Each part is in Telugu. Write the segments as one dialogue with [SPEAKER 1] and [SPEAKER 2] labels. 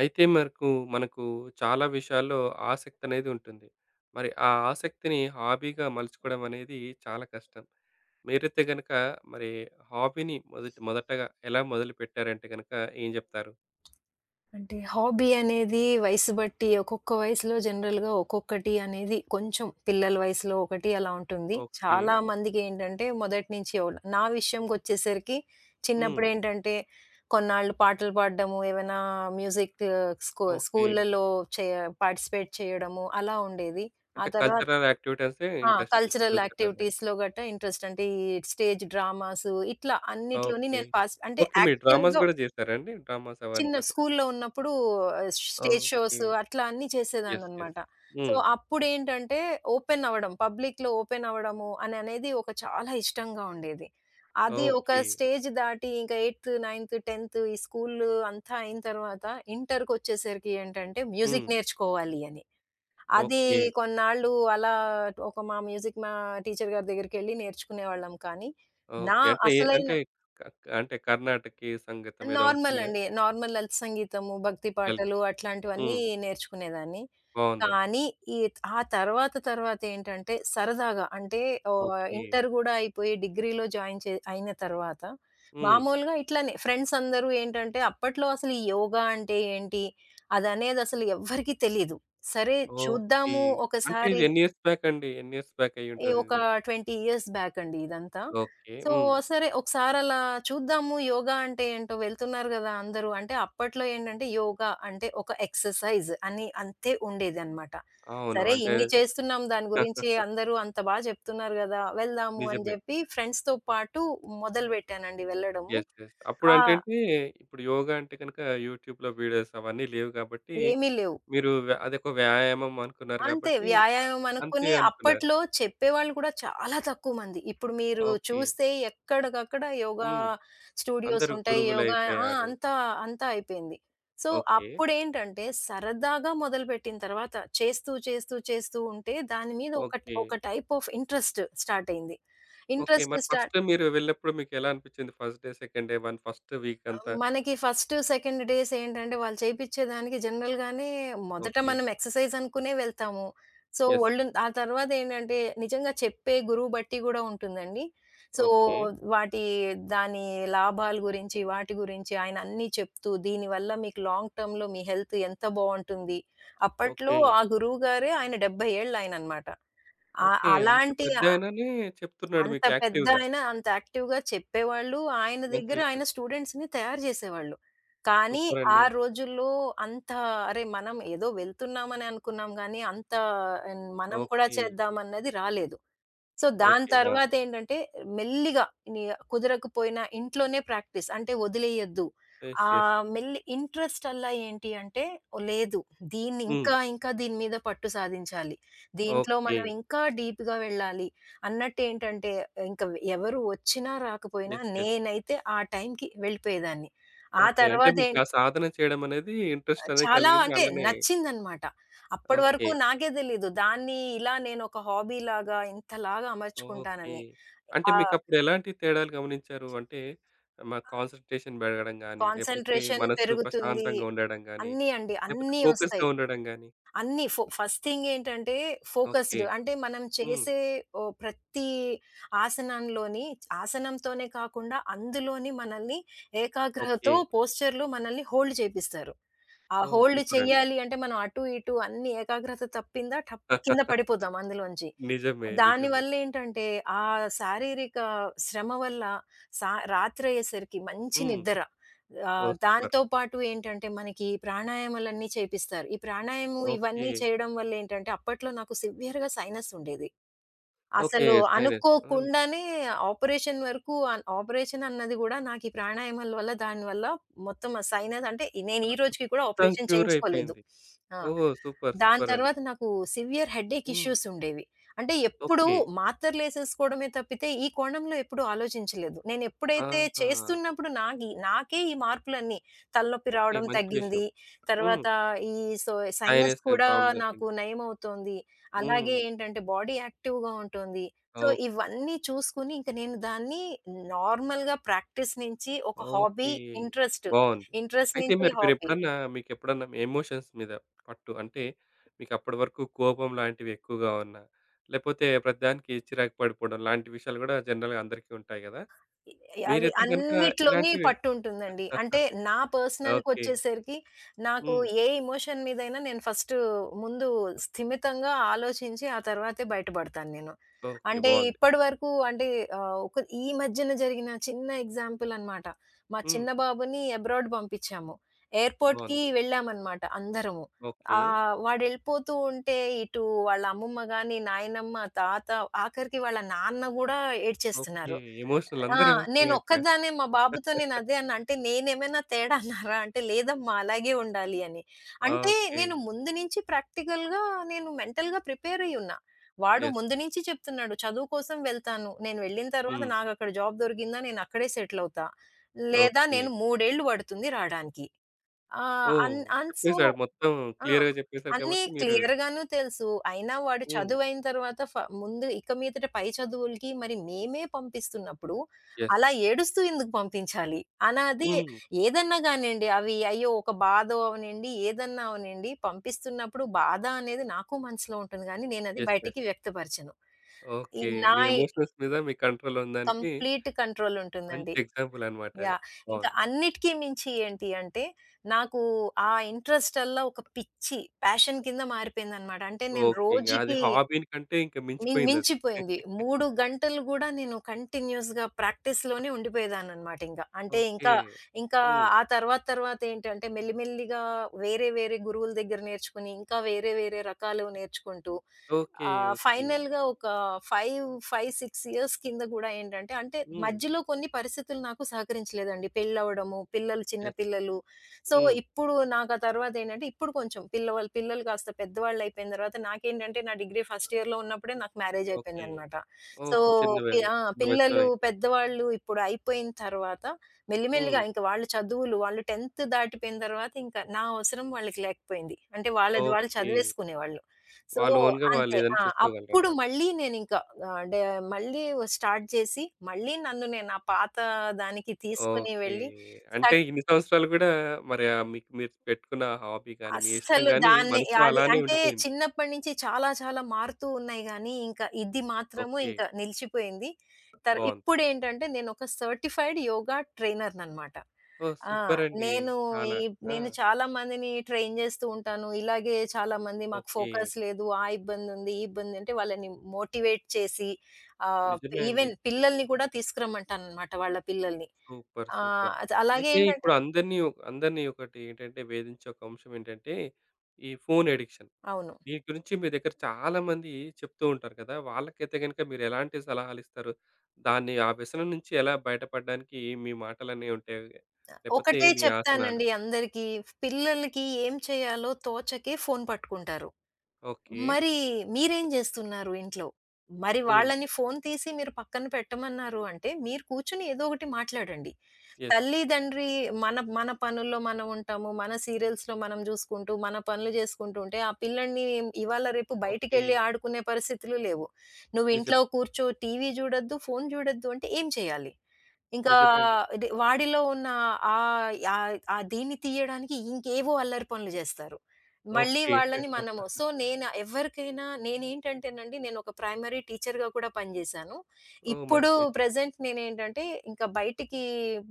[SPEAKER 1] అయితే మనకు మనకు చాలా విషయాల్లో ఆసక్తి అనేది ఉంటుంది. మరి ఆ ఆసక్తిని హాబీగా మలుచుకోవడం అనేది చాలా కష్టం. మీరైతే గనక మరి హాబీని మొదటగా ఎలా మొదలుపెట్టారంటే గనక ఏం జెప్తారు?
[SPEAKER 2] అంటే హాబీ అనేది వయసు బట్టి ఒక్కొక్క వయసులో జనరల్‌గా ఒక్కొక్కటి అనేది కొంచెం పిల్లల వయసులో ఒకటి అలా ఉంటుంది.
[SPEAKER 1] ఓకే.
[SPEAKER 2] చాలా మందికేంటంటే మొదటి నుంచి నా విషయంకొచ్చేసరికి
[SPEAKER 1] హ్మ్.
[SPEAKER 2] చిన్నప్పుడేంటంటే కొన్నాళ్ళు పాటలు పాడడము, ఏవైనా మ్యూజిక్ స్కూ
[SPEAKER 1] ఓకే.
[SPEAKER 2] స్కూల్‌లలో చేయ పార్టిసిపేట్ చేయడము అలా ఉండేది. ఆ
[SPEAKER 1] అంటే
[SPEAKER 2] తర్వాత
[SPEAKER 1] కల్చరల్ యాక్టివిటీసే ఇంట్రెస్ట్.
[SPEAKER 2] కల్చరల్
[SPEAKER 1] కల్చరల్ యాక్ట్
[SPEAKER 2] యాక్టివిటీస్‌లో గట్టా ఇంట్రెస్ట్. అంటే ఈ స్టేజ్ డ్రామాసు ఇట్లా అన్నిట్లోని
[SPEAKER 1] ఓకే.
[SPEAKER 2] నేను పాస్ అంటే
[SPEAKER 1] ఓకే. మీరు డ్రామాస్
[SPEAKER 2] యాక్టివ్‌గా
[SPEAKER 1] గూడా జేసారా అండి? డ్రామాస్
[SPEAKER 2] చిన్న
[SPEAKER 1] అవంతా కూడా.
[SPEAKER 2] స్కూల్‌లో ఉన్నప్పుడు స్టేజ్
[SPEAKER 1] ఓకే.
[SPEAKER 2] షోస్ అట్లా అన్నీ
[SPEAKER 1] యెస్. యెస్.
[SPEAKER 2] చేసేదాన్ననమాట. సో,
[SPEAKER 1] హ్మ్.
[SPEAKER 2] అప్పుడేంటంటే ఓపెన్ అవ్వడం, పబ్లిక్‌లో ఓపెన్ అవ్వడము అని అనేది ఒక చాలా ఇష్టంగా ఉండేది. అది ఒక
[SPEAKER 1] ఓకే.
[SPEAKER 2] స్టేజ్ దాటి ఇంక 8థ్, 9థ్, 10థ్ ఈ స్కూల్ అంతా అయిన తర్వాత ఇంటర్‌కొచ్చేసరికి ఏంటంటే
[SPEAKER 1] హ్మ్.
[SPEAKER 2] మ్యూజిక్ నేర్చుకోవాలి అని. అది
[SPEAKER 1] ఓకే.
[SPEAKER 2] కొన్నాళ్ళు అలా ఒక మా మ్యూజిక్ టీచర్ గారి దగ్గరికెళ్ళి నేర్చుకునేవాళ్ళం, కానీ నా
[SPEAKER 1] ఓకే. అంటే ఏ
[SPEAKER 2] అసలైన
[SPEAKER 1] అంటే క క అంటే కర్ణాటకీ సంగీతం ఏదో
[SPEAKER 2] నార్మల్
[SPEAKER 1] ఉంటుందిగా!
[SPEAKER 2] అండి. నార్మల్ లలిత సంగీతము, భక్తి
[SPEAKER 1] లలిత.
[SPEAKER 2] పాటలు అట్లాంటివన్నీ
[SPEAKER 1] హ్మ్.
[SPEAKER 2] నేర్చుకునేదాన్ని.
[SPEAKER 1] బావుందండి.
[SPEAKER 2] కానీ ఈ ఆ తర్వాత తర్వాత ఏంటంటే సరదాగా అంటే ఓహ్!
[SPEAKER 1] ఓకే.
[SPEAKER 2] ఇంటర్ గూడా అయిపోయి డిగ్రీలో జాయిన్ చే అయిన తర్వాత
[SPEAKER 1] హ్మ్.
[SPEAKER 2] మామూలుగా ఇట్లానే ఫ్రెండ్స్ అందరూ ఏంటంటే అప్పట్లో అసలు ఈ యోగా అంటే ఏంటి? అదనేది అసలు ఎవ్వరికీ తెలీదు. సరే
[SPEAKER 1] ఓకే.
[SPEAKER 2] చూద్దాము
[SPEAKER 1] అంటే
[SPEAKER 2] ఒకసారి
[SPEAKER 1] ఇది ఎన్ని ఇయర్స్ బ్యాక్ అండి? ఎన్ని ఇయర్స్ బ్యాక్
[SPEAKER 2] ఈ ఒక
[SPEAKER 1] అయ్యుంటదిది?
[SPEAKER 2] 20 ఇయర్స్ బ్యాక్ అండి ఇదంతా.
[SPEAKER 1] ఓకే.
[SPEAKER 2] సో,
[SPEAKER 1] హ్మ్.
[SPEAKER 2] సరే ఒకసారలా చూద్దాము యోగా అంటే ఏంటో వెళ్తున్నారు గదా అందరూ. అంటే అప్పట్లో ఏంటంటే యోగా అంటే ఒక ఎక్సర్‌సైజ్ అని అంతే ఉండేదనమాట.
[SPEAKER 1] అవును.
[SPEAKER 2] సరే
[SPEAKER 1] అంటే
[SPEAKER 2] ఇన్ని చేస్తున్నాం దాని
[SPEAKER 1] ఆ!
[SPEAKER 2] గురించి అందరూ అంత బా చెప్తున్నారు గదా! వెళ్దాము అని
[SPEAKER 1] నిజమే.
[SPEAKER 2] జెప్పి ఫ్రెండ్స్‌తో పాటు మొదలుపెట్టానండి వెళ్ళడము.
[SPEAKER 1] యెస్. యెస్.
[SPEAKER 2] ఆ!
[SPEAKER 1] అప్పుడంటేంటి ఇప్పుడు యోగా అంటే గనుక యూట్యూబ్‌లో వీడియోస్ అవన్నీ లేవు కాబట్టి
[SPEAKER 2] ఏమీ లేవు.
[SPEAKER 1] మీరు అదొక వ్యాయామం అనుకున్నారు
[SPEAKER 2] అంతే.
[SPEAKER 1] కాబట్టి అ
[SPEAKER 2] వ్యాయామం
[SPEAKER 1] అంతే
[SPEAKER 2] అనుకుని
[SPEAKER 1] అనుకున్నారు.
[SPEAKER 2] అప్పట్లో చెప్పేవాళ్ళు కూడా చాలా తక్కువ మంది. ఇప్పుడు మీరు
[SPEAKER 1] ఓకే.
[SPEAKER 2] చూస్తే ఎక్కడికక్కడ యోగా
[SPEAKER 1] హ్మ్.
[SPEAKER 2] స్టూడియోస్
[SPEAKER 1] అందరూ
[SPEAKER 2] ఉంటాయి. యోగా ఆ!
[SPEAKER 1] గురువులయిపోయారు.
[SPEAKER 2] అంతా, అంతా అయిపోయింది. So,
[SPEAKER 1] okay.
[SPEAKER 2] అప్పుడేంటంటే సరదాగా మొదలుపెట్టిన తర్వాత చేస్తూ, చేస్తూ, చేస్తూ ఉంటే దాని మీద ఒక,
[SPEAKER 1] ఓకే.
[SPEAKER 2] ఒక టైప్ ఆఫ్ ఇంట్రెస్ట్ స్టార్ట్ అయింది.
[SPEAKER 1] ఓకే.
[SPEAKER 2] ఇంట్రెస్ట్
[SPEAKER 1] మరి
[SPEAKER 2] స్టా
[SPEAKER 1] ఫస్ట్ మీరు వెళ్ళినప్పుడు మీకెలా అనిపిచ్చింది? First day, second day, one first week అంతా.
[SPEAKER 2] మనకి ఫస్ట్, సెకండ్ డేస్ ఏంటంటే వాళ్ళు చేపిచ్చేదానికి జనరల్‌గానే మొదట
[SPEAKER 1] ఓకే.
[SPEAKER 2] మనం ఎక్సర్‌సైజ్ అనుకునే వెళ్తాము. So,
[SPEAKER 1] yes.
[SPEAKER 2] ఆ తర్వాత ఏంటంటే నిజంగా చెప్పే గురువు బట్టి గూడా ఉంటుందండి. So,
[SPEAKER 1] okay.
[SPEAKER 2] వాటి దాని లాభాల గురించి, వాటి గురించి ఆయన అన్నీ చెప్తూ దీనివల్ల మీకు లాంగ్ టర్మ్‌లో మీ హెల్త్ ఎంత బావుంటుంది. అప్పట్లో
[SPEAKER 1] ఓకే.
[SPEAKER 2] ఆ గురువుగారే ఆయన 70 ఏళ్ళాయననమాట. ఆహ్,
[SPEAKER 1] ఓకే. అంత
[SPEAKER 2] అలాంటి
[SPEAKER 1] పెద్దాయననే చెప్తున్నాడు
[SPEAKER 2] అంత
[SPEAKER 1] మీకు
[SPEAKER 2] పెద్ద
[SPEAKER 1] యాక్టివ్‌గా.
[SPEAKER 2] ఆయన అంత యాక్టివ్‌గా చెప్పేవాళ్ళు. ఆయన
[SPEAKER 1] మంచి
[SPEAKER 2] దగ్గర
[SPEAKER 1] విషయం.
[SPEAKER 2] ఆయన స్టూడెంట్స్‌ని తయారు చేసేవాళ్ళు. కానీ ఆ
[SPEAKER 1] సూపరండి.
[SPEAKER 2] రోజుల్లో అంత అరే! మనం ఏదో వెళ్తున్నామని అనుకున్నాం గానీ, అంత మనం కూడా
[SPEAKER 1] ఓకే.
[SPEAKER 2] చేద్దామన్నది రాలేదు. సో, దాని
[SPEAKER 1] ఓకే. ఆ!
[SPEAKER 2] తర్వాతేంటంటే మెల్లిగా నీ కుదరకపోయినా ఇంట్లోనే ప్రాక్టీస్. అంటే వదిలేయొద్దు.
[SPEAKER 1] యెస్. యెస్.
[SPEAKER 2] ఆహ్, మెల్లి ఇంట్రెస్ట్ అలా ఏంటి అంటే, "ఓ, లేదు, దీన్ని
[SPEAKER 1] హ్మ్.
[SPEAKER 2] ఇంకా, ఇంకా దీని మీద పట్టు సాధించాలి. దీంట్లో
[SPEAKER 1] ఓకే.
[SPEAKER 2] మనం ఇంకా డీప్‌గా వెళ్ళాలి." అన్నట్టేంటంటే ఇంక ఎవరు వచ్చినా రాకపోయినా
[SPEAKER 1] యెస్. యెస్.
[SPEAKER 2] నేనైతే ఆ టైంకి వెళ్ళిపోయేదాన్ని. ఆ
[SPEAKER 1] ఓకే. అంటే మీకు ఆ
[SPEAKER 2] తర్వాతేంటంటే
[SPEAKER 1] సాధన చేయడం అనేది ఇంట్రెస్ట్ అనేది
[SPEAKER 2] చాలా
[SPEAKER 1] కలిగింది.
[SPEAKER 2] అంటే
[SPEAKER 1] అలానే
[SPEAKER 2] నచ్చిందనమాట. అప్పటి
[SPEAKER 1] ఓకే.
[SPEAKER 2] వరకు నాకే తెలీదు దాన్ని, ఇలా నేను ఒక హాబీలాగా ఇంతలాగా
[SPEAKER 1] ఓకే.
[SPEAKER 2] అమర్చుకుంటానని.
[SPEAKER 1] అంటే
[SPEAKER 2] ఆహ్,
[SPEAKER 1] మీకప్పుడు ఎలాంటి తేడాలు గమనించారు? అంటే మా కాన్సంట్రేషన్ పెరగడం గాని, లేపోతే
[SPEAKER 2] కాన్సంట్రేషన్
[SPEAKER 1] మనసు
[SPEAKER 2] పెరుగుతుంది.
[SPEAKER 1] ప్రశాంతంగా ఉండడం గాని,
[SPEAKER 2] అన్నీ అండి.
[SPEAKER 1] లేపోతే
[SPEAKER 2] అన్నీ
[SPEAKER 1] ఫోకస్‌గా
[SPEAKER 2] వస్తాయి.
[SPEAKER 1] ఉండడం గాని.
[SPEAKER 2] అన్నీ ఫో ఫస్ట్ థింగ్ ఏంటంటే ఫోకస్డ్
[SPEAKER 1] ఓకే.
[SPEAKER 2] అంటే మనం
[SPEAKER 1] హ్మ్.
[SPEAKER 2] చేసే ఓహ్, ప్రతి ఆసనంలోని ఆసనంతోనే కాకుండా అందులోని మనల్ని
[SPEAKER 1] ఓకే.
[SPEAKER 2] ఏకాగ్రహతో పోస్చర్‌లో మనల్ని హోల్డ్ చేపిస్తారు. ఆ
[SPEAKER 1] ఓహ్!
[SPEAKER 2] హోల్డ్
[SPEAKER 1] సూపరండి.
[SPEAKER 2] చెయ్యాలి అంటే మనం అటు, ఇటు అన్ని ఏకాగ్రత తప్పిందా టప్ కింద పడిపోతాం అందులోంచి.
[SPEAKER 1] నిజమే. నిజమే.
[SPEAKER 2] దానివల్లేంటంటే ఆ శారీరక శ్రమ వల్ల రాత్రయ్యేసరికి మంచి
[SPEAKER 1] హ్మ్.
[SPEAKER 2] నిద్ర.
[SPEAKER 1] ఓహ్! సూపర్.
[SPEAKER 2] దాంతో పాటు ఏంటంటే మనకి ఈ ప్రాణాయామాలన్నీ చేపిస్తారు. ఈ ప్రాణాయామం
[SPEAKER 1] ఓకే.
[SPEAKER 2] ఇవన్నీ చేయడం వల్లేంటంటే అప్పట్లో నాకు సివియర్‌గా సైనస్ ఉండేది.
[SPEAKER 1] ఓకే.
[SPEAKER 2] అసలు
[SPEAKER 1] సైనస్. ఆ!
[SPEAKER 2] అనుకోకుండానే ఆపరేషన్ వరకు ఆన్ ఆపరేషన్ అన్నది గూడా నాకీ ప్రాణాయామాల వల్ల, దాని వల్ల మొత్తం ఆ సైనస్ అంటే నేను ఈ రోజుకి కూడా
[SPEAKER 1] మొత్తం
[SPEAKER 2] ఆపరేషన్
[SPEAKER 1] క్యూర్
[SPEAKER 2] చేయించుకోలేదు.
[SPEAKER 1] అయిపోయింది.
[SPEAKER 2] ఆ!
[SPEAKER 1] ఓహ్! సూపర్.
[SPEAKER 2] దాని
[SPEAKER 1] సూపర్ అండి.
[SPEAKER 2] తర్వాత నాకు సివియర్ హెడేక్
[SPEAKER 1] హ్మ్.
[SPEAKER 2] ఇష్యూస్ ఉండేవి. అంటే ఎప్పుడూ
[SPEAKER 1] ఓకే.
[SPEAKER 2] మాత్రలేసేసుకోవడమే తప్పితే ఈ కోణంలో ఎప్పుడూ ఆలోచించలేదు. నేనెప్పుడైతే
[SPEAKER 1] ఆహా!
[SPEAKER 2] చేస్తున్నప్పుడు నాకే ఈ మార్పులన్నీ, తలనొప్పి
[SPEAKER 1] ఓకే.
[SPEAKER 2] రావడం
[SPEAKER 1] మంచి విషయం.
[SPEAKER 2] తగ్గింది.
[SPEAKER 1] హ్మ్.
[SPEAKER 2] తర్వాత ఈ సో సైనస్
[SPEAKER 1] సైనస్
[SPEAKER 2] కూడా
[SPEAKER 1] ప్రాబ్లమ్ తగ్గింది.
[SPEAKER 2] నాకు నయమవుతోంది. అలాగే
[SPEAKER 1] హ్మ్.
[SPEAKER 2] ఏంటంటే బాడీ యాక్టివ్‌గా ఉంటుంది. So,
[SPEAKER 1] okay.
[SPEAKER 2] ఇవన్నీ చూసుకొని ఇంక నేను దాన్ని నార్మల్‌గా ప్రాక్టీస్ నుంచి ఒక హాబీ,
[SPEAKER 1] ఓకే.
[SPEAKER 2] ఇంట్రెస్ట్,
[SPEAKER 1] బావుంది.
[SPEAKER 2] ఇంట్రెస్ట్
[SPEAKER 1] అయితే
[SPEAKER 2] నుంచి
[SPEAKER 1] మరి
[SPEAKER 2] హాబీ.
[SPEAKER 1] మీరెప్పుడన్నా మీకెప్పుడన్నా ఎమోషన్స్ మీద పట్టు అంటే, మీకప్పటి వరకు కోపం లాంటివి ఎక్కువగా ఉన్నా, లేపోతే ప్రతిదానికి చిరాకు పడిపోవడం లాంటి విషయాలు గూడా జనరల్‌గా అందరికీ ఉంటాయి గదా!
[SPEAKER 2] అది
[SPEAKER 1] మీరైతే గనుక
[SPEAKER 2] అన్నిట్లోని
[SPEAKER 1] ఇలాంటివి
[SPEAKER 2] పట్టుంటుందండి. అంటే నా
[SPEAKER 1] ఓకే.
[SPEAKER 2] పర్సనల్‌కొచ్చేసరికి నాకు
[SPEAKER 1] హ్మ్.
[SPEAKER 2] ఏ ఎమోషన్ మీదైనా నేను ఫస్ట్ ముందు స్థిమితంగా ఆలోచించి ఆ తర్వాతే బయటపడతాను నేను.
[SPEAKER 1] ఓకే.
[SPEAKER 2] అంటే
[SPEAKER 1] బావుంది.
[SPEAKER 2] ఇప్పటివరకు అంటే ఒక ఈ మధ్యన జరిగిన చిన్న ఎగ్జాంపుల్ అనమాట. మా
[SPEAKER 1] హ్మ్.
[SPEAKER 2] చిన్న బాబుని అబ్రాడ్ పంపించాము. ఎయిర్‌పోర్ట్‌కి
[SPEAKER 1] బావుంది.
[SPEAKER 2] వెళ్ళామనమాట అందరము.
[SPEAKER 1] ఓకే.
[SPEAKER 2] వాడెళ్ళిపోతూ ఉంటే ఇటు వాళ్ళ అమ్మమ్మ గాని, నాయనమ్మ, తాత, ఆఖరికి వాళ్ళ నాన్న గూడా
[SPEAKER 1] ఓకే.
[SPEAKER 2] ఏడ్చేస్తున్నారు.
[SPEAKER 1] ఎమోషనల్
[SPEAKER 2] ఆ!
[SPEAKER 1] ఎమోషనల్ అయిపోయారు.
[SPEAKER 2] నేనొక్కదాన్నే మా బాబుతో నేనదే అన్నా. అంటే నేనేమైనా తేడా అన్నారా? అంటే లేదమ్మా అలాగే ఉండాలి అని. అంటే
[SPEAKER 1] ఓకే.
[SPEAKER 2] నేను ముందు నుంచి ప్రాక్టికల్‌గా నేను మెంటల్‌గా ప్రిపేర్ అయ్యున్నా. వాడు
[SPEAKER 1] యెస్.
[SPEAKER 2] ముందు నుంచి చెప్తున్నాడు. చదువు కోసం వెళ్తాను. నేను వెళ్ళిన తర్వాత
[SPEAKER 1] హ్మ్.
[SPEAKER 2] నాకక్కడ జాబ్ దొరికిందా నేనక్కడే సెటిల్ అవుతా. లేదా
[SPEAKER 1] ఓకే.
[SPEAKER 2] నేను 3 ఏళ్ళు పడుతుంది రాడానికి. ఆహ్,
[SPEAKER 1] ఓహ్!
[SPEAKER 2] అన్ అండ్ సో
[SPEAKER 1] చెప్పేసాడు మొత్తం
[SPEAKER 2] ఆ!
[SPEAKER 1] క్లియర్‌గా చెప్పేసారు
[SPEAKER 2] అన్నీ
[SPEAKER 1] కాబట్టి మీరు
[SPEAKER 2] క్లియర్‌గాను తెలుసు. అయినా వాడు
[SPEAKER 1] హ్మ్.
[SPEAKER 2] చదువయిన తర్వాత ముందు ఇక మీదట పై చదువులకి మరి మేమే పంపిస్తున్నప్పుడు,
[SPEAKER 1] యెస్.
[SPEAKER 2] అలా ఏడుస్తూ ఎందుకు పంపించాలి? అనాది
[SPEAKER 1] హ్మ్.
[SPEAKER 2] ఏదన్నా గానియండి అవి అయ్యో! ఒక బాధో అవనండి, ఏదన్నా అవనండి పంపిస్తున్నప్పుడు బాధ అనేది నాకు మనసులో ఉంటుంది గానీ నేనది
[SPEAKER 1] యెస్. యెస్.
[SPEAKER 2] బయటికి వ్యక్తపరచను. ఈ
[SPEAKER 1] ఓకే.
[SPEAKER 2] నా
[SPEAKER 1] మీ ఎమోషన్స్ మీద మీ కంట్రోల్ ఉందానికి
[SPEAKER 2] కంప్లీట్ కంట్రోల్ ఉంటుందండి.
[SPEAKER 1] మంచి ఎగ్జాంపుల్ అన్నమాట అది.
[SPEAKER 2] యాహ్! ఇంకా
[SPEAKER 1] బావుంది.
[SPEAKER 2] అన్నిటికి మించి ఏంటి అంటే, నాకు ఆ ఇంట్రెస్టల్లా ఒక పిచ్చి, ప్యాషన్ కింద మారిపోయిందనమాట. అంటే నేను
[SPEAKER 1] ఓకే. ఇంగ అది
[SPEAKER 2] రోజుకి
[SPEAKER 1] హాబీని కంటే ఇంక మించిపోయిందది.
[SPEAKER 2] మించిపోయింది. 3 గంటలు గూడా నేను కంటిన్యూయస్‌గా ప్రాక్టీస్‌లోనే ఉండిపోయేదాన్ననమాట ఇంగ. అంటే
[SPEAKER 1] ఓకే.
[SPEAKER 2] ఇంకా, ఇంకా
[SPEAKER 1] హ్మ్.
[SPEAKER 2] ఆ తర్వాత తర్వాత ఏంటంటే మెల్లిమెల్లిగా వేరే వేరే గురువుల దగ్గర నేర్చుకుని, ఇంకా వేరే వేరే రకాలు నేర్చుకుంటూ
[SPEAKER 1] ఓకే. ఓకే.
[SPEAKER 2] ఫైనల్‌గా ఒక 5, 5, 6 ఇయర్స్ కింద గూడా ఏంటంటే అంటే
[SPEAKER 1] హ్మ్.
[SPEAKER 2] మధ్యలో కొన్ని పరిస్థితులు నాకు సహకరించలేదండి. పెళ్లవ్వడము, చిన్న
[SPEAKER 1] యెస్.
[SPEAKER 2] పిల్లలు. సో,
[SPEAKER 1] హ్మ్.
[SPEAKER 2] ఇప్పుడు నాకు ఆ తర్వాత ఏంటంటే, ఇప్పుడు కొంచెం పిల్లలు కాస్త పెద్దవాళ్ళు అయిపోయిన తర్వాత నాకేంటంటే, నా డిగ్రీ ఫస్ట్ ఇయర్‌లో ఉన్నప్పుడే నాకు మ్యారేజ్
[SPEAKER 1] ఓకే.
[SPEAKER 2] అయిపోయిందనమాట. So,
[SPEAKER 1] okay.
[SPEAKER 2] పి ఆ!
[SPEAKER 1] చిన్న వయసులోనే
[SPEAKER 2] పిల్లలు
[SPEAKER 1] అయిపోయింది.
[SPEAKER 2] పెద్దవాళ్ళు ఇప్పుడు అయిపోయిన తర్వాత
[SPEAKER 1] హ్మ్.
[SPEAKER 2] మెల్లిమెల్లిగా ఇంక వాళ్ళ చదువులు, వాళ్ళు 10థ్ దాటిపోయిన తర్వాత ఇంకా నా అవసరం వాళ్ళకి లేకపోయింది. అంటే వాళ్ళది వాళ్ళు
[SPEAKER 1] ఓకే.
[SPEAKER 2] చదివేసుకునేవాళ్ళు. సో,
[SPEAKER 1] వాళ్ళు ఓన్‌గా వాళ్ళు
[SPEAKER 2] అంతే.
[SPEAKER 1] ఏదైనా
[SPEAKER 2] అప్పుడు
[SPEAKER 1] చేసుకోగలరన్నమాట.
[SPEAKER 2] మళ్ళీ నేనింకా ఆహ్, డే మళ్ళీ స్టార్ట్ చేసి, మళ్ళీ నన్ను నేను నా పాత దానికి తీసుకొని
[SPEAKER 1] ఓకే.
[SPEAKER 2] వెళ్ళి
[SPEAKER 1] అంటే
[SPEAKER 2] స్టక్
[SPEAKER 1] ఇన్ని సంవత్సరాలు గూడా మరి మీకు మీరు పెట్టుకున్న హాబీ గాని, మీ ఇష్టం
[SPEAKER 2] అస్సలు
[SPEAKER 1] గాని
[SPEAKER 2] దాన్ని
[SPEAKER 1] మనసులో
[SPEAKER 2] అది
[SPEAKER 1] అలానే
[SPEAKER 2] అంటే
[SPEAKER 1] ఉండిపోయింది.
[SPEAKER 2] చిన్నప్పటి నుంచి చాలా చాలా మారుతూ ఉన్నాయి గానీ, ఇంకా ఇది మాత్రము
[SPEAKER 1] ఓకే.
[SPEAKER 2] ఇంకా నిలిచిపోయింది.
[SPEAKER 1] బావుంది.
[SPEAKER 2] ఇప్పుడేంటంటే నేనొక సర్టిఫైడ్ యోగా ట్రైనర్‌ననమాట.
[SPEAKER 1] ఓహ్!
[SPEAKER 2] ఆ!
[SPEAKER 1] సూపరండి.
[SPEAKER 2] నేను ఈ
[SPEAKER 1] చాలా. ఆ!
[SPEAKER 2] నేను చాలా మందిని ట్రైన్ చేస్తూ ఉంటాను. ఇలాగే చాలామంది మాకు
[SPEAKER 1] ఓకే.
[SPEAKER 2] ఫోకస్ లేదు. ఆ ఇబ్బందుంది, ఈ ఇబ్బందంటే వాళ్ళని మోటివేట్ చేసి, ఆహ్,
[SPEAKER 1] నిజమే అండి.
[SPEAKER 2] ఈవెన్ పిల్లల్ని కూడా తీసుకురమ్మంటాననమాట వాళ్ళ పిల్లల్ని.
[SPEAKER 1] సూపర్. సూపర్.
[SPEAKER 2] అలాగే
[SPEAKER 1] అయితే
[SPEAKER 2] ఏంటంటే
[SPEAKER 1] ఇప్పుడు అందరిని అందరిని ఒకటి ఏంటంటే వేధించే ఒక అంశం ఏంటంటే ఈ ఫోను ఎడిక్షన్.
[SPEAKER 2] అవును.
[SPEAKER 1] దీని గురించి మీ దగ్గర చాలామంది చెప్తూ ఉంటారు కదా! వాళ్ళకైతే గనుక మీరు ఎలాంటి సలహాలిస్తారు? దాన్ని ఆ వ్యసనం నుంచి ఎలా బయటపడడానికి మీ మాటలనేవి ఉంటాయి? లేకపోతే
[SPEAKER 2] ఒకటే
[SPEAKER 1] మీ ఆసనాలు?
[SPEAKER 2] చెప్తానండి అందరికీ. పిల్లలకి ఏం చేయాలో తోచకే ఫోను పట్టుకుంటారు.
[SPEAKER 1] ఓకే.
[SPEAKER 2] మరి మీరేం జేస్తున్నారు ఇంట్లో? మరి
[SPEAKER 1] హ్మ్.
[SPEAKER 2] వాళ్ళని ఫోను తీసి మీరు పక్కన పెట్టమన్నారు అంటే, మీరు కూర్చొని ఏదో ఒకటి మాట్లాడండి.
[SPEAKER 1] యెస్.
[SPEAKER 2] తల్లిదండ్రి మన మన పనుల్లో మనం ఉంటాము. మన సీరియల్స్‌లో మనం జూసుకుంటూ, మన పనులు జేసుకుంటూ ఉంటే, ఆ పిల్లని ఇవాళ రేపు
[SPEAKER 1] ఓకే.
[SPEAKER 2] బయటికెళ్ళి ఆడుకునే పరిస్థితులు లేవు. నువ్వు ఇంట్లో
[SPEAKER 1] నిజమే.
[SPEAKER 2] కూర్చో, టీవీ జూడొద్దు, ఫోను జూడొద్దు అంటే ఏం చేయాలి? ఇంకా
[SPEAKER 1] నిజమే అండి.
[SPEAKER 2] ఇది వాడిలో ఉన్న ఆహ్, యాయ్ ఆ దీన్ని తీయడానికి ఇంకేవో అల్లరి పనులు జేస్తారు. మళ్ళీ
[SPEAKER 1] ఓకే.
[SPEAKER 2] వాళ్ళని మనము సో, నేను ఎవరికైనా నేనేంటంటేనండి నేనొక ప్రైమరీ టీచర్‌గా కూడా పనిజేశాను.
[SPEAKER 1] ఓహ్!
[SPEAKER 2] ఇప్పుడు
[SPEAKER 1] మంచి విషయం.
[SPEAKER 2] ప్రెజెంట్ నేనేంటంటే ఇంకా బయటికి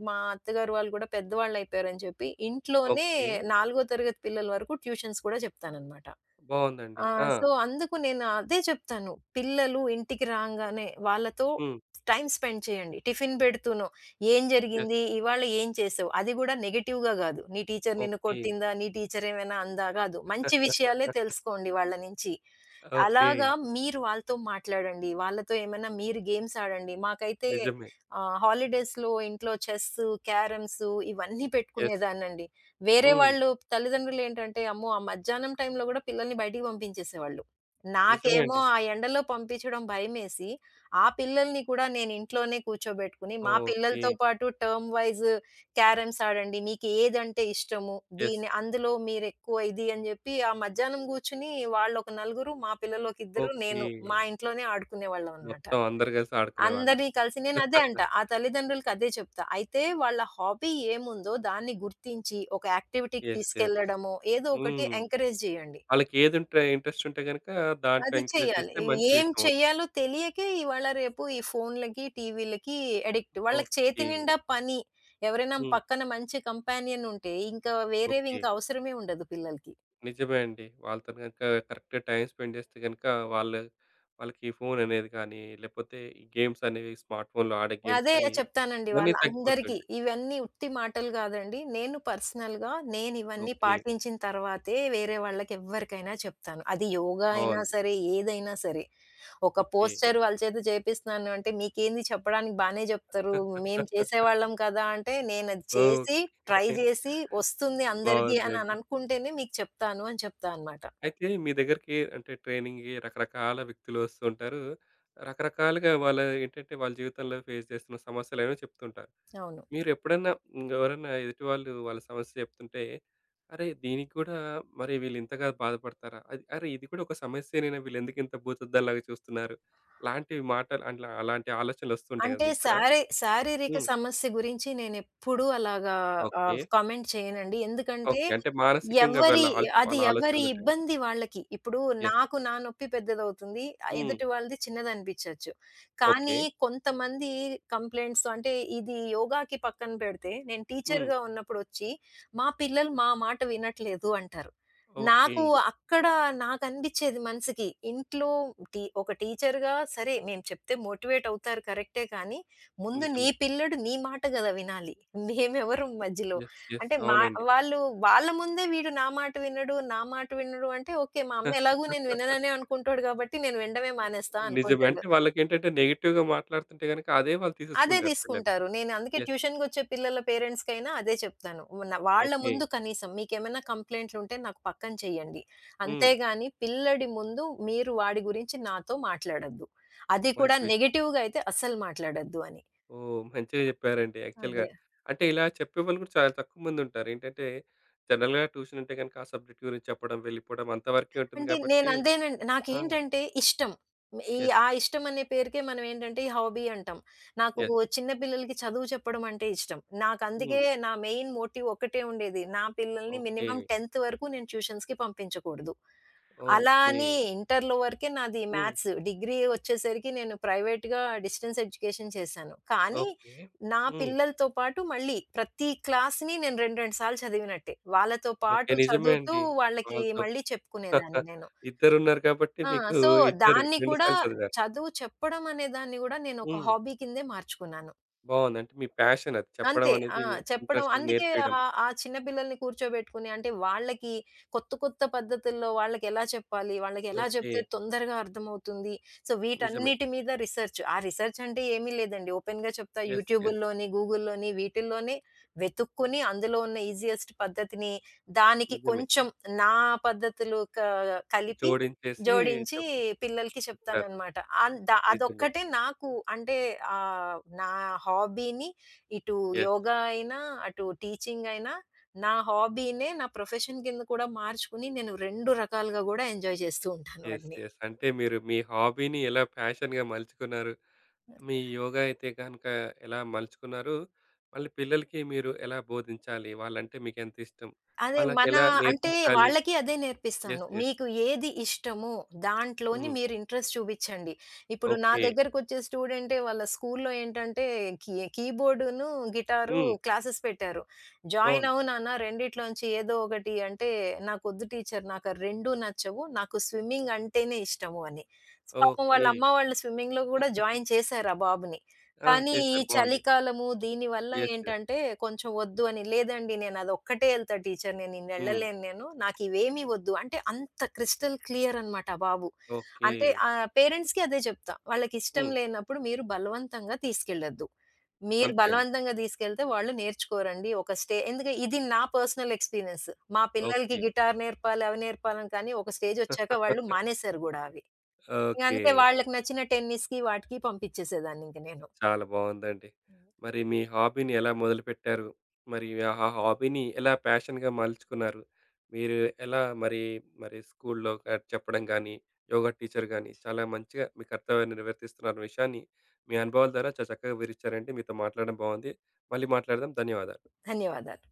[SPEAKER 2] మా అత్తగారు వాళ్ళు గూడా పెద్దవాళ్ళయిపోయారని చెప్పి ఇంట్లోనే
[SPEAKER 1] ఓకే.
[SPEAKER 2] 4 తరగతి పిల్లల వరకు ట్యూషన్స్ కూడా చెప్తాననమాట.
[SPEAKER 1] బావుందండి.
[SPEAKER 2] ఆ!
[SPEAKER 1] ఆ!
[SPEAKER 2] సో, అందుకు నేను అదే చెప్తాను. పిల్లలు ఇంటికి రాంగానే వాళ్ళతో
[SPEAKER 1] హ్మ్.
[SPEAKER 2] టైమ్ స్పెండ్ చేయండి. టిఫిన్ పెడుతూనో, "ఏం
[SPEAKER 1] యెస్.
[SPEAKER 2] జరిగింది? ఇవాళ ఏం చేసావు?" అది కూడా నెగెటివ్‌గా గాదు. "నీ టీచర్ నిన్ను
[SPEAKER 1] ఓకే.
[SPEAKER 2] కొట్టిందా? నీ టీచర్ ఏమైనా అందా?" గాదు. మంచి విషయాలే తెలుసుకోండి వాళ్ళ నుంచి.
[SPEAKER 1] ఓకే.
[SPEAKER 2] అలాగా మీరు వాళ్ళతో మాట్లాడండి. వాళ్ళతో ఏమైనా మీరు గేమ్స్ ఆడండి. మాకైతే
[SPEAKER 1] నిజమే.
[SPEAKER 2] హాలిడేస్‌లో ఇంట్లో చెస్సు, క్యారమ్సు ఇవన్నీ
[SPEAKER 1] యెస్.
[SPEAKER 2] పెట్టుకునేదాన్నండి. వేరే
[SPEAKER 1] హ్మ్.
[SPEAKER 2] వాళ్ళు తల్లిదండ్రులేంటంటే, అమ్మో! ఆ మధ్యాహ్నం టైంలో గూడా పిల్లల్ని బయటికి పంపించేసేవాళ్ళు.
[SPEAKER 1] నిజమే
[SPEAKER 2] నాకేమో
[SPEAKER 1] అండి.
[SPEAKER 2] ఆ ఎండలో పంపించడం భయమేసి, ఆ పిల్లల్ని కూడా నేను ఇంట్లోనే కూర్చోబెట్టుకొని, మా
[SPEAKER 1] ఓకే.
[SPEAKER 2] పిల్లలతో పాటు టర్మ్ వైస్ క్యారమ్స్ ఆడండి. మీకు ఏదంటే ఇష్టము?
[SPEAKER 1] యెస్.
[SPEAKER 2] అందులో మీరెక్కువ ఇది అని జెప్పి, ఆ మధ్యాహ్నం గూర్చొని వాళ్ళొక నలుగురు, మా పిల్లలొకిద్దరు,
[SPEAKER 1] ఓకే.
[SPEAKER 2] నేను మా ఇంట్లోనే ఆడుకునేవాళ్ళమనమాట.
[SPEAKER 1] మొత్తం అందరూ కలిసి ఆడుకునేవాళ్ళు.
[SPEAKER 2] అందరిని కలిసి నేనదే అంటా. ఆ తల్లిదండ్రులకదే చెప్తా. అయితే వాళ్ళ హాబీ ఏముందో దాన్ని గుర్తించి, ఒక యాక్టివిటీకి
[SPEAKER 1] యెస్. యెస్.
[SPEAKER 2] తీసుకెళ్లడమో, ఏదో ఒకటి
[SPEAKER 1] హ్మ్.
[SPEAKER 2] ఎంకరేజ్ జేయండి.
[SPEAKER 1] వాళ్ళకేదుంటే ఇంట్రెస్ట్ ఉంటే గనుక దాంట్లో
[SPEAKER 2] అది
[SPEAKER 1] ఎంకరేజ్
[SPEAKER 2] చెయ్యాలి.
[SPEAKER 1] చేస్తే మంచి
[SPEAKER 2] ఏం
[SPEAKER 1] విషయం అవుతుంది.
[SPEAKER 2] చెయ్యాలో తెలియకే ఇవాళ రేపు ఈ ఫోన్‌లకి, టీవీలకి అడిక్ట్. వాళ్ళకి చేతి
[SPEAKER 1] ఓకే.
[SPEAKER 2] నిండా పని. ఎవరైనా
[SPEAKER 1] హ్మ్.
[SPEAKER 2] పక్కన మంచి కంపానియన్ ఉంటే ఇంకా వేరేవి
[SPEAKER 1] ఓకే.
[SPEAKER 2] ఇంకా అవసరమే ఉండదు పిల్లలకి.
[SPEAKER 1] నిజమే అండి. వాళ్ళతోని గనుక కరెక్ట్‌గా టైమ్ స్పెండ్ చేస్తే గనుక వాళ్ళు వాళ్ళకి ఫోన్ అనేది కానీ, లేకపోతే ఈ గేమ్స్ అనేవి స్మార్ట్ ఫోన్‌లో ఆడే గేమ్స్
[SPEAKER 2] అదే
[SPEAKER 1] కానీ,
[SPEAKER 2] చెప్తానండి
[SPEAKER 1] ఇవన్నీ
[SPEAKER 2] వాళ్ళందరికీ.
[SPEAKER 1] తగ్గిపోతుంటాయి.
[SPEAKER 2] ఇవన్నీ ఉత్తి మాటలు కాదండి. నేను పర్సనల్‌గా నేను ఇవన్నీ
[SPEAKER 1] ఓకే.
[SPEAKER 2] పాటించిన తర్వాతే వేరే వాళ్ళకి ఎవ్వరికైనా చెప్తాను. అది యోగా అయినా
[SPEAKER 1] బావుంది.
[SPEAKER 2] సరే, ఏదైనా సరే. ఒక
[SPEAKER 1] ఓకే.
[SPEAKER 2] పోస్టర్ వాళ్ళ చేత చేపిస్తున్నాను అంటే, "మీకేంది చెప్పడానికి బానే జెప్తారు. మేము చేసేవాళ్ళం కదా!" అంటే, "నేనది చేసి, ట్రై
[SPEAKER 1] ఓకే.
[SPEAKER 2] జేసి, వస్తుంది అందరికీ అని
[SPEAKER 1] బావుందండి.
[SPEAKER 2] అననుకుంటేనే మీకు చెప్తాను" అని చెప్తా అనమాట.
[SPEAKER 1] అయితే మీ దగ్గరికి అంటే ట్రైనింగ్‌కి రకరకాల వ్యక్తులు వస్తూ ఉంటారు. రకరకాలుగా వాళ్ళ ఏంటంటే వాళ్ళ జీవితంలో ఫేస్ చేస్తున్న సమస్యలేవో చెప్తుంటారు.
[SPEAKER 2] అవును.
[SPEAKER 1] మీరెప్పుడన్నా ఎవరన్నా ఎదుటి వాళ్ళు వాళ్ళ సమస్య చెప్తుంటే, అరే! దీనికి కూడా మరి వీళ్ళింతగా బాధపడతారా? అది అరే! ఇది కూడా ఒక సమస్యేనేనా వీళ్ళెందుకింత భూతద్దంలాగా చూస్తున్నారు? లాంటి మాటలు అట్లా అలాంటి ఆలోచనలు వస్తుంటాయి కదా
[SPEAKER 2] అంటే
[SPEAKER 1] మీకు కూడా?
[SPEAKER 2] శారీరక
[SPEAKER 1] హ్మ్.
[SPEAKER 2] సమస్య గురించి నేనెప్పుడూ అలాగా
[SPEAKER 1] ఓకే.
[SPEAKER 2] కామెంట్ చేయనండి. ఎందుకంటే
[SPEAKER 1] ఓకే. అంటే మానసికంగా
[SPEAKER 2] ఎవరి అది
[SPEAKER 1] వాళ్ళ
[SPEAKER 2] ఎవరి
[SPEAKER 1] ఆలోచనలుంటాయి గదా!
[SPEAKER 2] ఇబ్బంది వాళ్ళకి. ఇప్పుడు
[SPEAKER 1] యెస్.
[SPEAKER 2] నాకు నా నొప్పి పెద్దదవుతుంది.
[SPEAKER 1] హ్మ్.
[SPEAKER 2] ఎదుటి వాళ్ళది చిన్నదనిపిచ్చొచ్చు.
[SPEAKER 1] ఓకే.
[SPEAKER 2] కానీ కొంతమంది కంప్లెయింట్స్ అంటే ఇది యోగాకి పక్కన పెడితే నేను
[SPEAKER 1] హ్మ్.
[SPEAKER 2] టీచర్‌గా ఉన్నప్పుడొచ్చి, "మా పిల్లలు మా మాట వినట్లేదు" అంటారు.
[SPEAKER 1] ఓకే.
[SPEAKER 2] నాకు అక్కడ నాకనిపిచ్చేది మనసుకి. ఇంట్లో ఒక టీచర్‌గా సరే మేము చెప్తే మోటివేట్ అవుతారు కరెక్టే కానీ, ముందు నీ
[SPEAKER 1] నిజమే.
[SPEAKER 2] పిల్లోడు నీ మాట గదా వినాలి. మేమెవరం మధ్యలో.
[SPEAKER 1] యెస్. యెస్.
[SPEAKER 2] అంటే మా
[SPEAKER 1] అవునండి.
[SPEAKER 2] వాళ్ళు వాళ్ళ ముందే వీడు నా మాట వినడు, నా మాట వినడు అంటే ఓకే. మా అమ్మ ఎలాగో నేను వినననే అనుకుంటాడు కాబట్టి నేను వినడమే మానేస్తా
[SPEAKER 1] నిజమే.
[SPEAKER 2] అనుకుంటాడు.
[SPEAKER 1] అంటే వాళ్ళకేంటంటే నెగెటివ్‌గా మాట్లాడుతుంటే గనక అదే వాళ్ళు
[SPEAKER 2] అదే
[SPEAKER 1] తీసేసుకుంటారు పిల్లలు.
[SPEAKER 2] తీసుకుంటారు. నేను అందుకే
[SPEAKER 1] యెస్.
[SPEAKER 2] ట్యూషన్‌కొచ్చే పిల్లల పేరెంట్స్‌కైనా అదే చెప్తాను. వాళ్ళ
[SPEAKER 1] ఓకే.
[SPEAKER 2] ముందు కనీసం మీకేమైనా కంప్లెయింట్లుంటే నాకు పక్కన చేయండి.
[SPEAKER 1] హ్మ్.
[SPEAKER 2] అంతేగాని పిల్లడి ముందు మీరు వాడి గురించి నాతో మాట్లాడొద్దు. అది
[SPEAKER 1] మంచి
[SPEAKER 2] కూడా
[SPEAKER 1] విషయం.
[SPEAKER 2] నెగెటివ్‌గా అయితే అస్సలు మాట్లాడొద్దు అని.
[SPEAKER 1] ఓహ్! మంచిగా చెప్పారండి యాక్చువల్‌గా.
[SPEAKER 2] అదే.
[SPEAKER 1] అంటే ఇలా చెప్పేవాళ్ళు గూడా చాలా తక్కువ మందుంటారు. ఏంటంటే జనరల్‌గా ట్యూషన్ అంటే గనక ఆ సబ్జెక్ట్ గురించి చెప్పడం, వెళ్ళిపోవడం అంతవరకే ఉంటుంది
[SPEAKER 2] అంటే
[SPEAKER 1] కాబట్టి
[SPEAKER 2] నేనంతేనండి.
[SPEAKER 1] ఆ!
[SPEAKER 2] నాకేంటంటే ఇష్టం. ఈ
[SPEAKER 1] యెస్.
[SPEAKER 2] ఆ ఇష్టం అనే పేరుకే మనం ఏంటంటే ఈ హాబీ అంటాం. నాకు
[SPEAKER 1] యెస్.
[SPEAKER 2] చిన్న పిల్లలకి చదువు చెప్పడం అంటే ఇష్టం.
[SPEAKER 1] హ్మ్.
[SPEAKER 2] నాకందుకే నా మెయిన్ మోటివ్ ఒక్కటే ఉండేది. నా పిల్లల్ని
[SPEAKER 1] ఓకే.
[SPEAKER 2] మినిమమ్ 10థ్ వరకు నేను ట్యూషన్స్‌కి పంపించకూడదు. అలా
[SPEAKER 1] ఓకే.
[SPEAKER 2] అని ఇంటర్‌లో వరకే నాది
[SPEAKER 1] హ్మ్.
[SPEAKER 2] మ్యాథ్స్. డిగ్రీ వచ్చేసరికి నేను ప్రైవేట్‌గా డిస్టెన్స్ ఎడ్యుకేషన్ చేశాను. కానీ
[SPEAKER 1] ఓకే.
[SPEAKER 2] నా
[SPEAKER 1] హ్మ్.
[SPEAKER 2] పిల్లలతో పాటు మళ్ళీ ప్రతి క్లాస్‌ని నేను 2, 2 సార్లు చదివినట్టే. వాళ్ళతో
[SPEAKER 1] ఓకే.
[SPEAKER 2] పాటు
[SPEAKER 1] నిజమే
[SPEAKER 2] చదువుతూ
[SPEAKER 1] అండి.
[SPEAKER 2] వాళ్ళకి
[SPEAKER 1] వాళ్ళతో
[SPEAKER 2] మళ్ళీ చెప్పుకునేదాన్ని నేను.
[SPEAKER 1] ఇద్దరున్నారు కాబట్టి
[SPEAKER 2] ఆ!
[SPEAKER 1] మీకు
[SPEAKER 2] సో,
[SPEAKER 1] ఇద్దరు
[SPEAKER 2] దాన్ని
[SPEAKER 1] 2
[SPEAKER 2] కూడా
[SPEAKER 1] సార్లు చదివారు.
[SPEAKER 2] చదువు చెప్పడం అనే దాన్ని గూడా నేనొక
[SPEAKER 1] హ్మ్.
[SPEAKER 2] హాబీ కిందే మార్చుకున్నాను.
[SPEAKER 1] బావుంది. అంటే మీ ప్యాషన్ అది చెప్పడం
[SPEAKER 2] అంతే.
[SPEAKER 1] అనేది
[SPEAKER 2] చెప్పడం
[SPEAKER 1] ఇంట్రెస్ట్
[SPEAKER 2] అందుకే
[SPEAKER 1] నేర్పియడం.
[SPEAKER 2] ఆ చిన్న పిల్లల్ని కూర్చోబెట్టుకొని అంటే వాళ్ళకి కొత్త కొత్త పద్ధతుల్లో వాళ్ళకెలా చెప్పాలి? వాళ్ళకెలా
[SPEAKER 1] ఓకే.
[SPEAKER 2] చెప్తే తొందరగా అర్థమవుతుంది? సో,
[SPEAKER 1] నిజమే.
[SPEAKER 2] వీటన్నిటి మీద రిసర్చ్. ఆ రిసర్చ్ అంటే ఏమీ లేదండి. ఓపెన్‌గా చెప్తా
[SPEAKER 1] యెస్. యెస్.
[SPEAKER 2] యూట్యూబుల్లోని, గూగుల్‌లోని వీటిల్లోనే వెతుక్కొని అందులో ఉన్న ఈజియెస్ట్ పద్ధతిని దానికి
[SPEAKER 1] నిజమే.
[SPEAKER 2] కొంచెం నా పద్ధతులు కలిపి
[SPEAKER 1] జోడించేసి
[SPEAKER 2] జోడించి
[SPEAKER 1] చెప్తా
[SPEAKER 2] పిల్లలకి
[SPEAKER 1] చెప్తారు.
[SPEAKER 2] చెప్తాననమాట. అన్ ద
[SPEAKER 1] నిజమే.
[SPEAKER 2] అదొక్కటే నాకు అంటే నా హాబీని ఇటు
[SPEAKER 1] యెస్.
[SPEAKER 2] యోగా అయినా, అటు టీచింగ్ అయినా, నా హాబీనే నా ప్రొఫెషన్ కింద కూడా మార్చుకొని, నేను 2 రకాలుగా గూడా ఎంజాయ్ చేస్తూ ఉంటాను
[SPEAKER 1] యెస్.
[SPEAKER 2] వాటిని.
[SPEAKER 1] యెస్. అంటే మీరు మీ హాబీని ఎలా ప్యాషన్‌గా మలుచుకున్నారు. మీ యోగా అయితే గనుక ఎలా మలుచుకున్నారు. మళ్ళీ పిల్లలకి మీరు ఎలా బోధించాలి. వాళ్ళంటే మీకెంతిష్టం.
[SPEAKER 2] అదే మన
[SPEAKER 1] వాళ్ళకెలా
[SPEAKER 2] అంటే
[SPEAKER 1] నేర్పించాలి.
[SPEAKER 2] వాళ్ళకి అదే నేర్పిస్తాను.
[SPEAKER 1] యెస్. యెస్.
[SPEAKER 2] మీకు ఏది ఇష్టమో దాంట్లోని
[SPEAKER 1] హ్మ్.
[SPEAKER 2] మీరు ఇంట్రెస్ట్ చూపిచ్చండి. ఇప్పుడు నా
[SPEAKER 1] ఓకే.
[SPEAKER 2] దగ్గరకొచ్చే స్టూడెంటే వాళ్ళ స్కూల్లో ఏంటంటే కీబోర్డును, గిటారు
[SPEAKER 1] హ్మ్.
[SPEAKER 2] క్లాసెస్ పెట్టారు. "జాయిన్
[SPEAKER 1] బావుంది.
[SPEAKER 2] అవ్వు నాన్న రెండిట్లోంచి ఏదో ఒకటి" అంటే, "నాకొద్దు టీచర్ నాకు ఆ 2 నచ్చవు. నాకు స్విమ్మింగ్ అంటేనే ఇష్టము" అని. పాపం
[SPEAKER 1] ఓకే.
[SPEAKER 2] వాళ్ళ అమ్మ వాళ్ళు స్విమ్మింగ్‌లో కూడా జాయిన్ చేశారు ఆ బాబుని.
[SPEAKER 1] ఆ!
[SPEAKER 2] కానీ ఈ
[SPEAKER 1] చేశారు. బావుంది.
[SPEAKER 2] చలికాలము దీనివల్ల
[SPEAKER 1] యెస్. యెస్.
[SPEAKER 2] ఏంటంటే కొంచెం వద్దు అని, లేదండి నేనదొక్కటే ఎళ్తా టీచర్
[SPEAKER 1] హ్మ్.
[SPEAKER 2] నేనిన్నేళ్ళలేను నేను. నాకివేమీ వద్దు. అంటే అంత క్రిస్టల్ క్లియర్ అనమాట ఆ బాబు.
[SPEAKER 1] ఓకే.
[SPEAKER 2] అంటే పేరెంట్స్‌కి అదే చెప్తా. వాళ్ళకిష్టం
[SPEAKER 1] హ్మ్.
[SPEAKER 2] లేనప్పుడు మీరు బలవంతంగా తీసుకెళ్ళొద్దు. మీరు
[SPEAKER 1] అంతే అండి.
[SPEAKER 2] బలవంతంగా తీసుకెళ్తే వాళ్ళు నేర్చుకోరండి. ఒక స్టే ఎందుకంటే ఇది నా పర్సనల్ ఎక్స్‌పీరియన్స్. మా పిల్లలకి
[SPEAKER 1] ఓకే.
[SPEAKER 2] గిటార్ నేర్పాలి, అవి నేర్పాలని కానీ ఒక స్టేజొచ్చాక వాళ్ళు మానేసారు గూడా అవి. ఇంగ
[SPEAKER 1] ఓకే.
[SPEAKER 2] అందుకే వాళ్ళకి నచ్చిన టెన్నిస్‌కి వాటికి పంపించేసేదాన్నింక నేను.
[SPEAKER 1] చాలా బావుందండి. మరి మీ హాబీని ఎలా మొదలుపెట్టారు? మరి ఆ హాబీని ఎలా ప్యాషన్‌గా మలుచుకున్నారు? మీరు ఎలా మరి, మరి స్కూల్‌లో చెప్పడం గాని, యోగా టీచర్ గాని చాలా మంచిగా మీ కర్తవ్యాన్ని నిర్వర్తిస్తున్నారు అన్న విషయాన్ని మీ అనుభవాల ద్వారా చాలా చక్కగా వివరించారండి. మీతో మాట్లాడడం బావుంది. మళ్ళీ మాట్లాడదాం. ధన్యవాదాలు.
[SPEAKER 2] ధన్యవాదాలు.